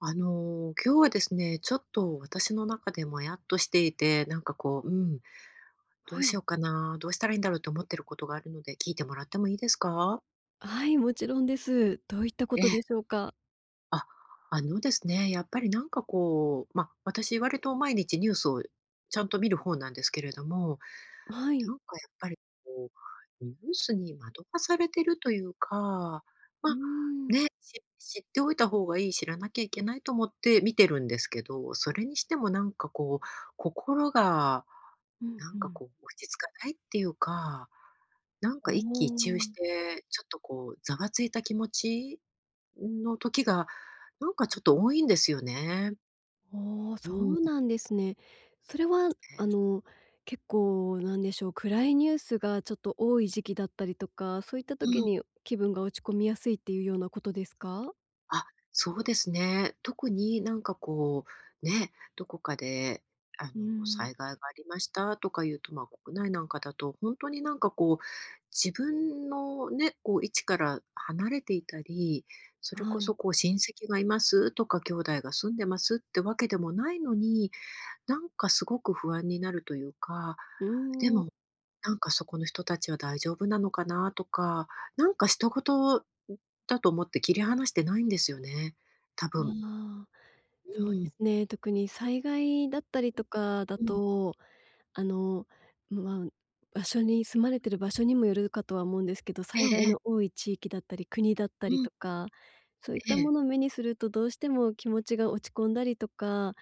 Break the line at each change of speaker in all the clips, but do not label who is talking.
今日はですね、ちょっと私の中でもやっとしていて、なんかこう、うん、ど
は
うし
い。
ようかな、どうしたらいいんだろうと思ってることがあるので、聞いてもらってもいいですか？
はい、もちろんです。どういったこ
え
と
え。
でしょうか？
あ、あのですね、やっぱりなんかこう、まあ、私割と毎日ニュースをちゃんと見る方なんですけれども、
は
な
い。
んかやっぱりこう、ニュースに惑わされてるというか、
う
ま
ー
あ、
ん。
ね、知っておいた方がいい、知らなきゃいけないと思って見てるんですけど、それにしてもなんかこう、心が
うん
な
う
んか
ん。
こう落ち着かないっていうか、なん
お
か一喜一憂
お、
して、ちょっとこうざわついた気持ちの時が、なんかちょっと多いんですよね。う
そ
ん。
うなんですね。それは、あ
ね
の、結構なんでしょう、暗いニュースがちょっと多い時期だったりとか、そういった
う
時
ん。
に気分が落ち込みやすいっていうようなことですか？
あ、そうですね。特になんかこう、ね、どこかであ
うー
の、
ん、
災害がありましたとか言うと、ま、国内なんかだと、本当になんかこう、自分のね、こう位置から離れていたり、それ
は
こ
い。
そこう親戚がいますとか、兄弟が住んでますってわけでもないのに、なんかすごく不安になるというか、
う
で
ーん。
もなんかそこの人たちは大丈夫なのかなとか、なんか他人事だと思って切り離してないんですよね、多分。
ああ、
う
そうで
ん、
すね。特に災害だったりとかだ
うん。
とあの、まあ、場所に住まれてる場所にもよるかとは思うんですけど、
え
災
え
害
え
の
え。
多い地域だったり、国だったり
うん、
とか、そういっ
え
たも
え。
のを目にするとどうしても気持ちが落ち込んだりとか、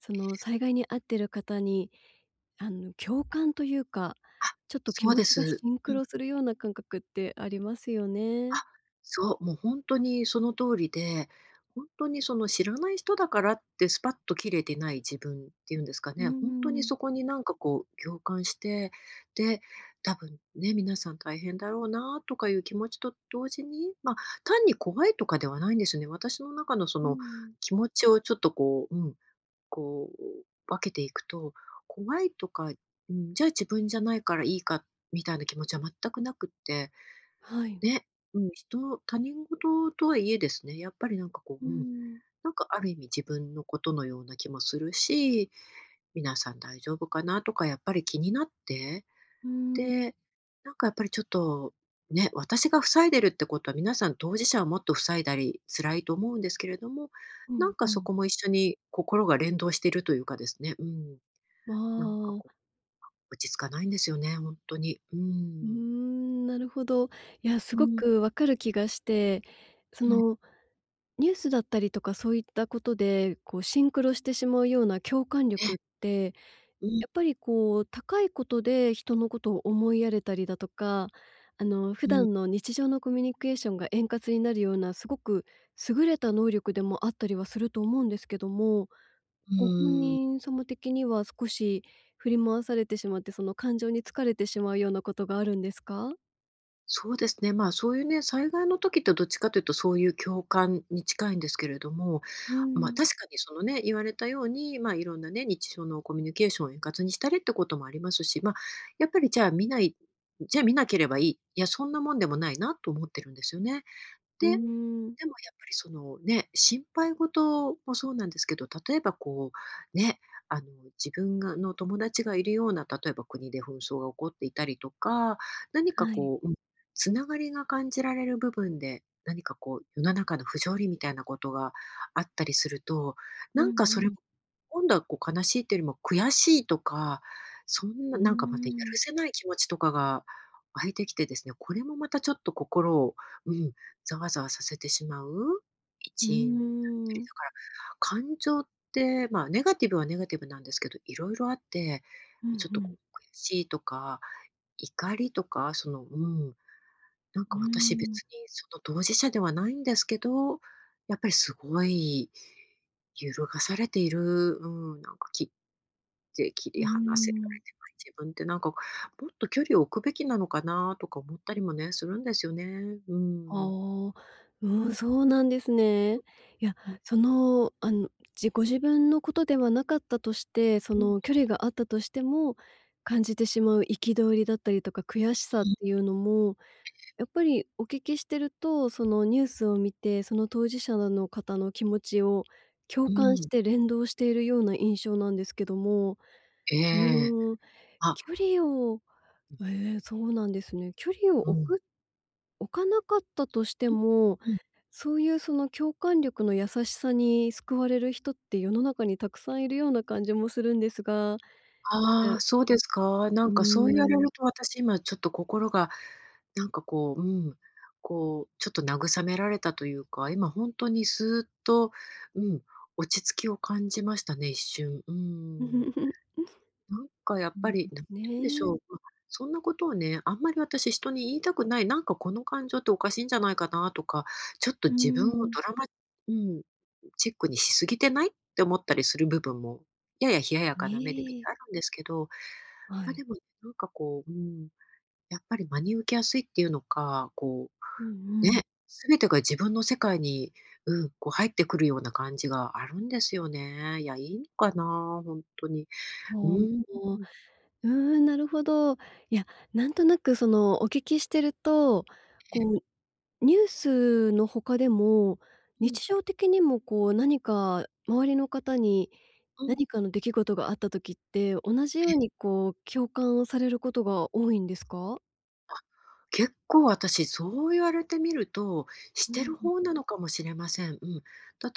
その災害に遭ってる方に、共感というか、
あ、
ちょっと気
そう
持
で
ちが
す。
シン
う
ク
ん。
ロするような感覚ってありますよ
あ、
ね。
そう、もう本当にその通りで、本当にその知らない人だからってスパッと切れてない自分っていうんですか
うー
ね、本当に
ん、
そこになんかこう共感して、で、多分ね、皆さん大変だろうなとかいう気持ちと同時に、まあ、単に怖いとかではないんですよね。私の中のそ
う
の
ん、
気持ちをちょっとこう、うん、こう分けていくと、怖いとか、うん、じゃあ自分じゃないからいいかみたいな気持ちは全くなくって
はい。
ね、うん、他人事とはいえですね、やっぱりなんかこ
うー
う、うん、
ん、
なんかある意味自分のことのような気もするし、皆さん大丈夫かなとかやっぱり気になって、
うーん、
で、なんかやっぱりちょっと、ね、私が塞いでるってことは皆さん当事者はもっと塞いだり辛いと思うんですけれども、
う
な
ん
んか
う
そ
ん。
こも一緒に心が連動しているというかですね、うん、
あ
なんかこ
あ。
う、落ち着かないんですよね、本当に。うー
うー
ん。
ん、なるほど。いや、す
う
ご
ん、
くわかる気がして、そ
ええ、
の、ニュースだったりとかそういったことで、こう、シンクロしてしまうような共感
ええ、
力って、
うん、
やっぱり、こう、高いことで人のことを思いやれたりだとか、
う
普
ん、
段の日常のコミュニケーションが円滑になるような、すごく優れた能力でもあったりはすると思うんですけども、
う
ご本
ーん。
人様的には少し振り回されてしまって、その感情に疲れてしまうようなことがあるんですか？
そうですね。まあ、そういうね、災害の時ってどっちかというとそういう共感に近いんですけれども、
う
まあ、
ん、
確かにそのね、言われたように、まあ、いろんなね、日常のコミュニケーションを円滑にしたりってこともありますし、まあ、やっぱりじゃあ見なければいい、いや、そんなもんでもないなと思ってるんですよね。
う
で
ーん。
でもやっぱりそのね、心配事もそうなんですけど、例えばこうね、あの自分がの友達がいるような、例えば国で紛争が起こっていたりとか、何か
はい。
こう、うん、つながりが感じられる部分で、何かこう世の中の不条理みたいなことがあったりすると、
うん
な
う
んかそれも、
ん。
今度はこう悲しいというよりも悔しいとか、そん
う
な
ー
なんかまたやる
ん。
せない気持ちとかが湧いてきてですね、これもまたちょっと心を、うん、ざわざわさせてしまう
うー
一因だったり、
ん。
だから、感情って、まあ、ネガティブはネガティブなんですけど、いろいろあって、
うんう
ちょっとこ
ん。
う、悔しいとか、怒りとか、その、うん、なん
う
か
ー
私別に
ん。
その当事者ではないんですけど、やっぱりすごい揺るがされている、うん、なんか切って切
う
り
ー
離せられ
ん。
てない自分ってなんか、もっと距離を置くべきなのかなとか思ったりもね、するんですよね。
ああ、うん、そうなんですね。いや、
うん、
その、ご自分のことではなかったとして、そ
うん、うん。
の距離があったとしても、感じてしまう憤りだったりとか悔しさっていうのもやっぱりお聞きしてると、そのニュースを見て、その当事者の方の気持ちを共
う
感し
ん、
て連動しているような印象なんですけども、
え
う
え。
ーん、
あ、
距離を
う
ええ、そうなんですね。距離を
ん、うん。
置かなかったとして
うん、
も、そういうその共感力の優しさに救われる人って世の中にたくさんいるような感じもするんですが、え、
ああ、そうですか。な
う
んかそう言われ
ーん。
ると私今ちょっと心がなんかこう、うん、こうちょっと慰められたというか、今本当にスーッと、うん、落ち着きを感じましたね、一瞬。うん。なんかやっ
そ
ぱ
う
り、
で
な
す
んて言うんでしょ
ね。
う、ま、そんなことをね、あんまり私人に言いたくない、なんかこの感情っておかしいんじゃないかなとか、ちょっと
うー
自分を
ん。
ドラマうん、チックにしすぎてないって思ったりする部分も、やや冷やや
ね
かな目で見て
え。
あるんですけど、
は
ま、
い。
でもねなんかこう、うん、やっぱり真に受けやすいっていうのか、こ
うん
う、
うん。
ね、全てが自分の世界に、うん、こう入ってくるような感じがあるんですよね。いや、いいのかな、ほんとに。う
お
ーん。
お、うーん、なるほど。いや、なんとなくその、お聞きしてると、こう、ニュースの他でも、
うん。
日常的にもこう、何か周りの方に、
うん、
何かの出来事があった時って、同じようにこう、共感をされることが多いんですか？
結構私、そう言われてみると、し
う
て
ん、
る方なのかもしれません。うん。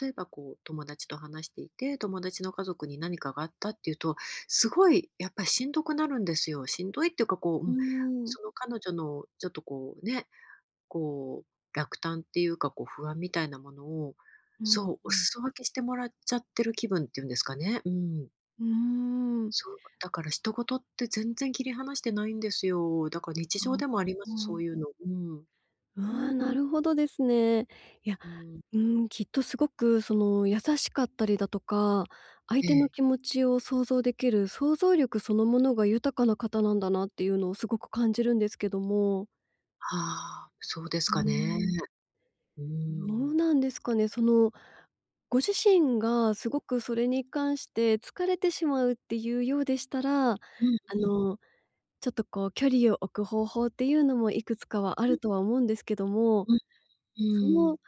例えばこう、友達と話していて、友達の家族に何かがあったっていうと、すごいやっぱりしんどくなるんですよ。しんどいっていうか、こう、
う
うん、
ーん。
その彼女のちょっとこうね、こう、落胆っていうか、こう、不安みたいなものを、
うん、
そう、
う
お
ん。
裾分けしてもらっちゃってる気分っていうんですかね。うん。
うーん。
そう、だから人事って全然切り離してないんですよ。だから日
あ
常でもあります、そうい
あ。
うの。うん。
ああ、なるほどですね。いや、
うん。
うーん、きっとすごくその優しかったりだとか、相
え
手の
え。
気持ちを想像できる想像力そのものが豊かな方なんだなっていうのをすごく感じるんですけども。
ああ、そうです
うー
かね。
ん。
うー
どう
ん。
なんですかね、その、ご自身がすごくそれに関して疲れてしまうっていうようでしたら、
うんうん。
の、ちょっとこう距離を置く方法っていうのもいくつかはあ
う
る
ん
とは思うんですけども、
うん。
その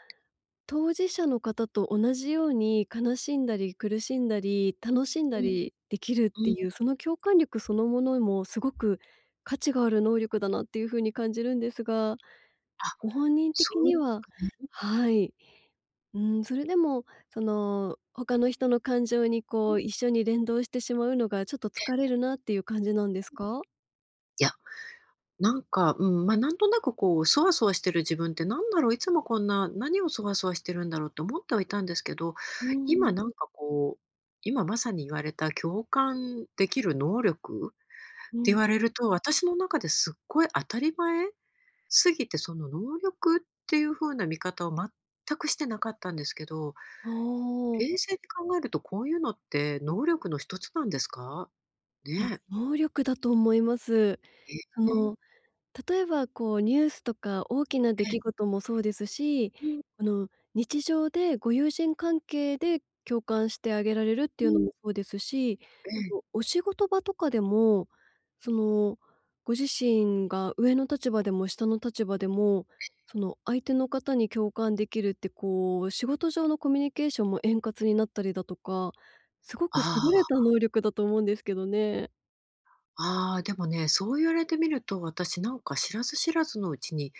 当事者の方と同じように悲しんだり苦しんだり楽しんだ
うん
りできるって
うん。
いう、その共感力そのものもすごく価値がある能力だなっていう風に感じるんですが、
あ、
ご本人
そ
的
うで
に
す
は、
かね。
はい、うん、それでもその他の人の感情に
う
こ
ん。
う一緒に連動してしまうのがちょっと疲れるなっていう感じなんですか？
いや、なんか、うん、ま、なんとなくこう、そわそわしてる自分ってなんだろう、いつもこんな、何をそわそわしてるんだろうって思ってはいたんですけど、
う
今
ん、
なんかこう、今まさに言われた共感できる能力っ
う
て言
ん。
われると、私の中ですっごい当たり前すぎて、その能力っていう風な見方を全くしてなかったんですけど、
あー
冷静に考えるとこういうのって能力の一つなんですか？
まあ、
ねえ。
能力だと思います。
え
そ
え。
の例えば、こうニュースとか大きな出
え
来
え。
事もそうですし、
うん
あの、日常でご友人関係で共感してあげられるって
う
いうの
ん。
もそうですし、
ええ。
お仕事場とかでも、その、ご自身が上の立場でも下の立場でも、その、相手の方に共感できるって、こう仕事上のコミュニケーションも円滑になったりだとか、すごく優れ
あ
た能力だと思うんですけどね。
あ、ああ、でもね、そう言われてみると、私なんか知らず知らずのうちに、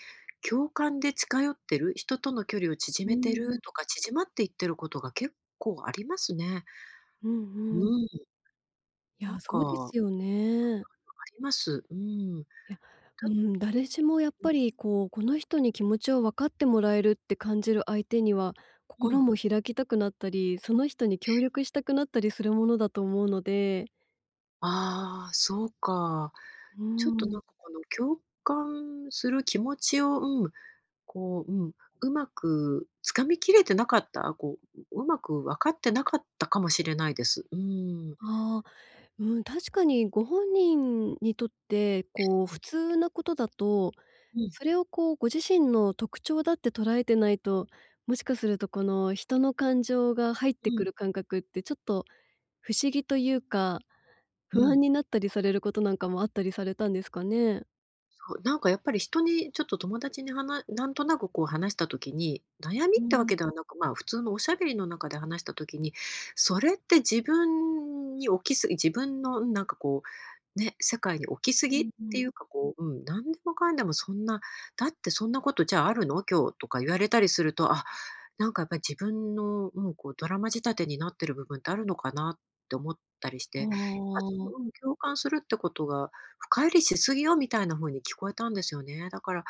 共感で近寄ってる、人との距離を縮
う
めて
ん。
るとか、縮まっていってることが結構ありますね。
うんう
う
ん。
ん、
い
な
や、
ん
そうで
か
すよね。
あります。うん。だ
いや、うん、誰しもやっぱりこう、この人に気持ちを分かってもらえるって感じる相手には、
う
心
ん。
も開きたくなったり、その人に協力したくなったりするものだと思うので、
ああ、そうか。
う
ちょっとな
ん、
んかこの共感する気持ちを、うん、こう、うん、うまくつかみきれてなかった、こう、うまく分かってなかったかもしれないです。うん。
ああ、うん、確かにご本人にとって、こう、普
え、
通なことだと、
うん、
それをこう、ご自身の特徴だって捉えてないと、もしかするとこの人の感情が入って
うん、
くる感覚ってちょっと不思議というか、
う
不安
ん。
になったりされることなんかもあったりされたんですかね？
そう、なんかやっぱり人にちょっと友達にはんとなくこう話した時に、悩み
う
ってわ
ん、
けではなく、まあ、普通のおしゃべりの中で話した時に、それって自分に起きすぎ自分のなんかこう、ね、世界に起きす
う
ぎっ
んうん。う
てい
ん。
うかこう、うん、何でもかんでもそんな、だってそんなことじゃああるの今日とか言われたりすると、あ、なんかやっぱり自分の、うん、こうドラマ仕立てになってる部分ってあるのかなって思ったりして、
あ
やっぱその、う
あ。
ん、共感するってことが深入りしすぎよみたいな風に聞こえたんですよね。だから、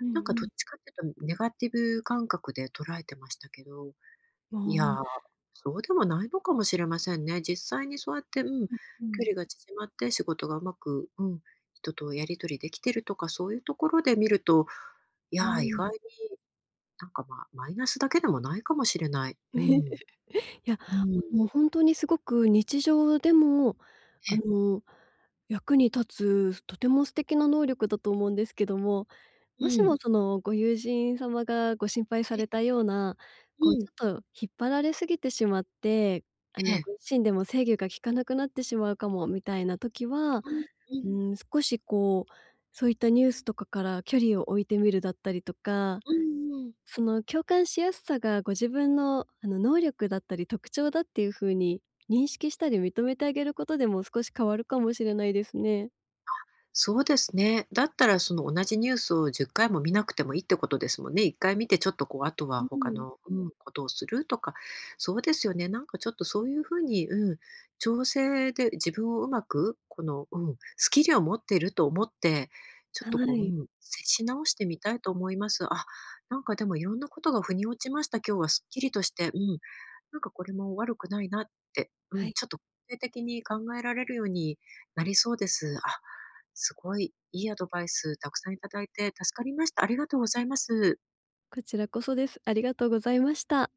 うん
なん
う
かど
ん、
っちかっていうとネガティブ感覚で捉えてましたけど、
あ
い
あ、
や、そうでもないのかもしれませんね。実際にそうやって、うん、距
うん、
離が縮まって仕事がうまく、うん、人とやり取りできてるとか、そういうところで見ると、い
う
や、意外
ん。
になんか、まあ、マイナスだけでもないかもしれない。うん。
いや、
うん。
もう本当にすごく日常でも、
え
あ
え、
の、役に立つ、とても素敵な能力だと思うんですけども、
う
もし
ん。
もそのご友人様がご心配さ
え
れ
え、
たような、
う
こうち
ん、
ょっと引っ張られすぎてしまって、
ええ。
ご自身でも制御が効かなくなってしまうかもみたいな時は、
うんうん。
うん、少しこう、そういったニュースとかから距離を置いてみるだったりとか、
うんうん
その共感しやすさがご自分のあの能力だったり特徴だっていう風に認識したり認めてあげることでも少し変わるかもしれないですね。
そうですね。だったらその同じニュースを10回も見なくてもいいってことですもんね。1回見てちょっとこう、あと
う
は他
ん。
の、うん、ことをするとか。そうですよね。なんかちょっとそういうふうに、うん、調整で自分をうまく、この、うん、スキルを持っていると思って、ちょっ
は
とこう、う
い。
ん、接し直してみたいと思います。あ、なんかでもいろんなことが腑に落ちました。今日はすっきりとして、うん。なんかこれも悪くないなって、
は
うん、
い。
ちょっと肯定的に考えられるようになりそうです。あ、すごいいいアドバイスたくさんいただいて助かりました。ありがとうございます。
こちらこそです。ありがとうございました。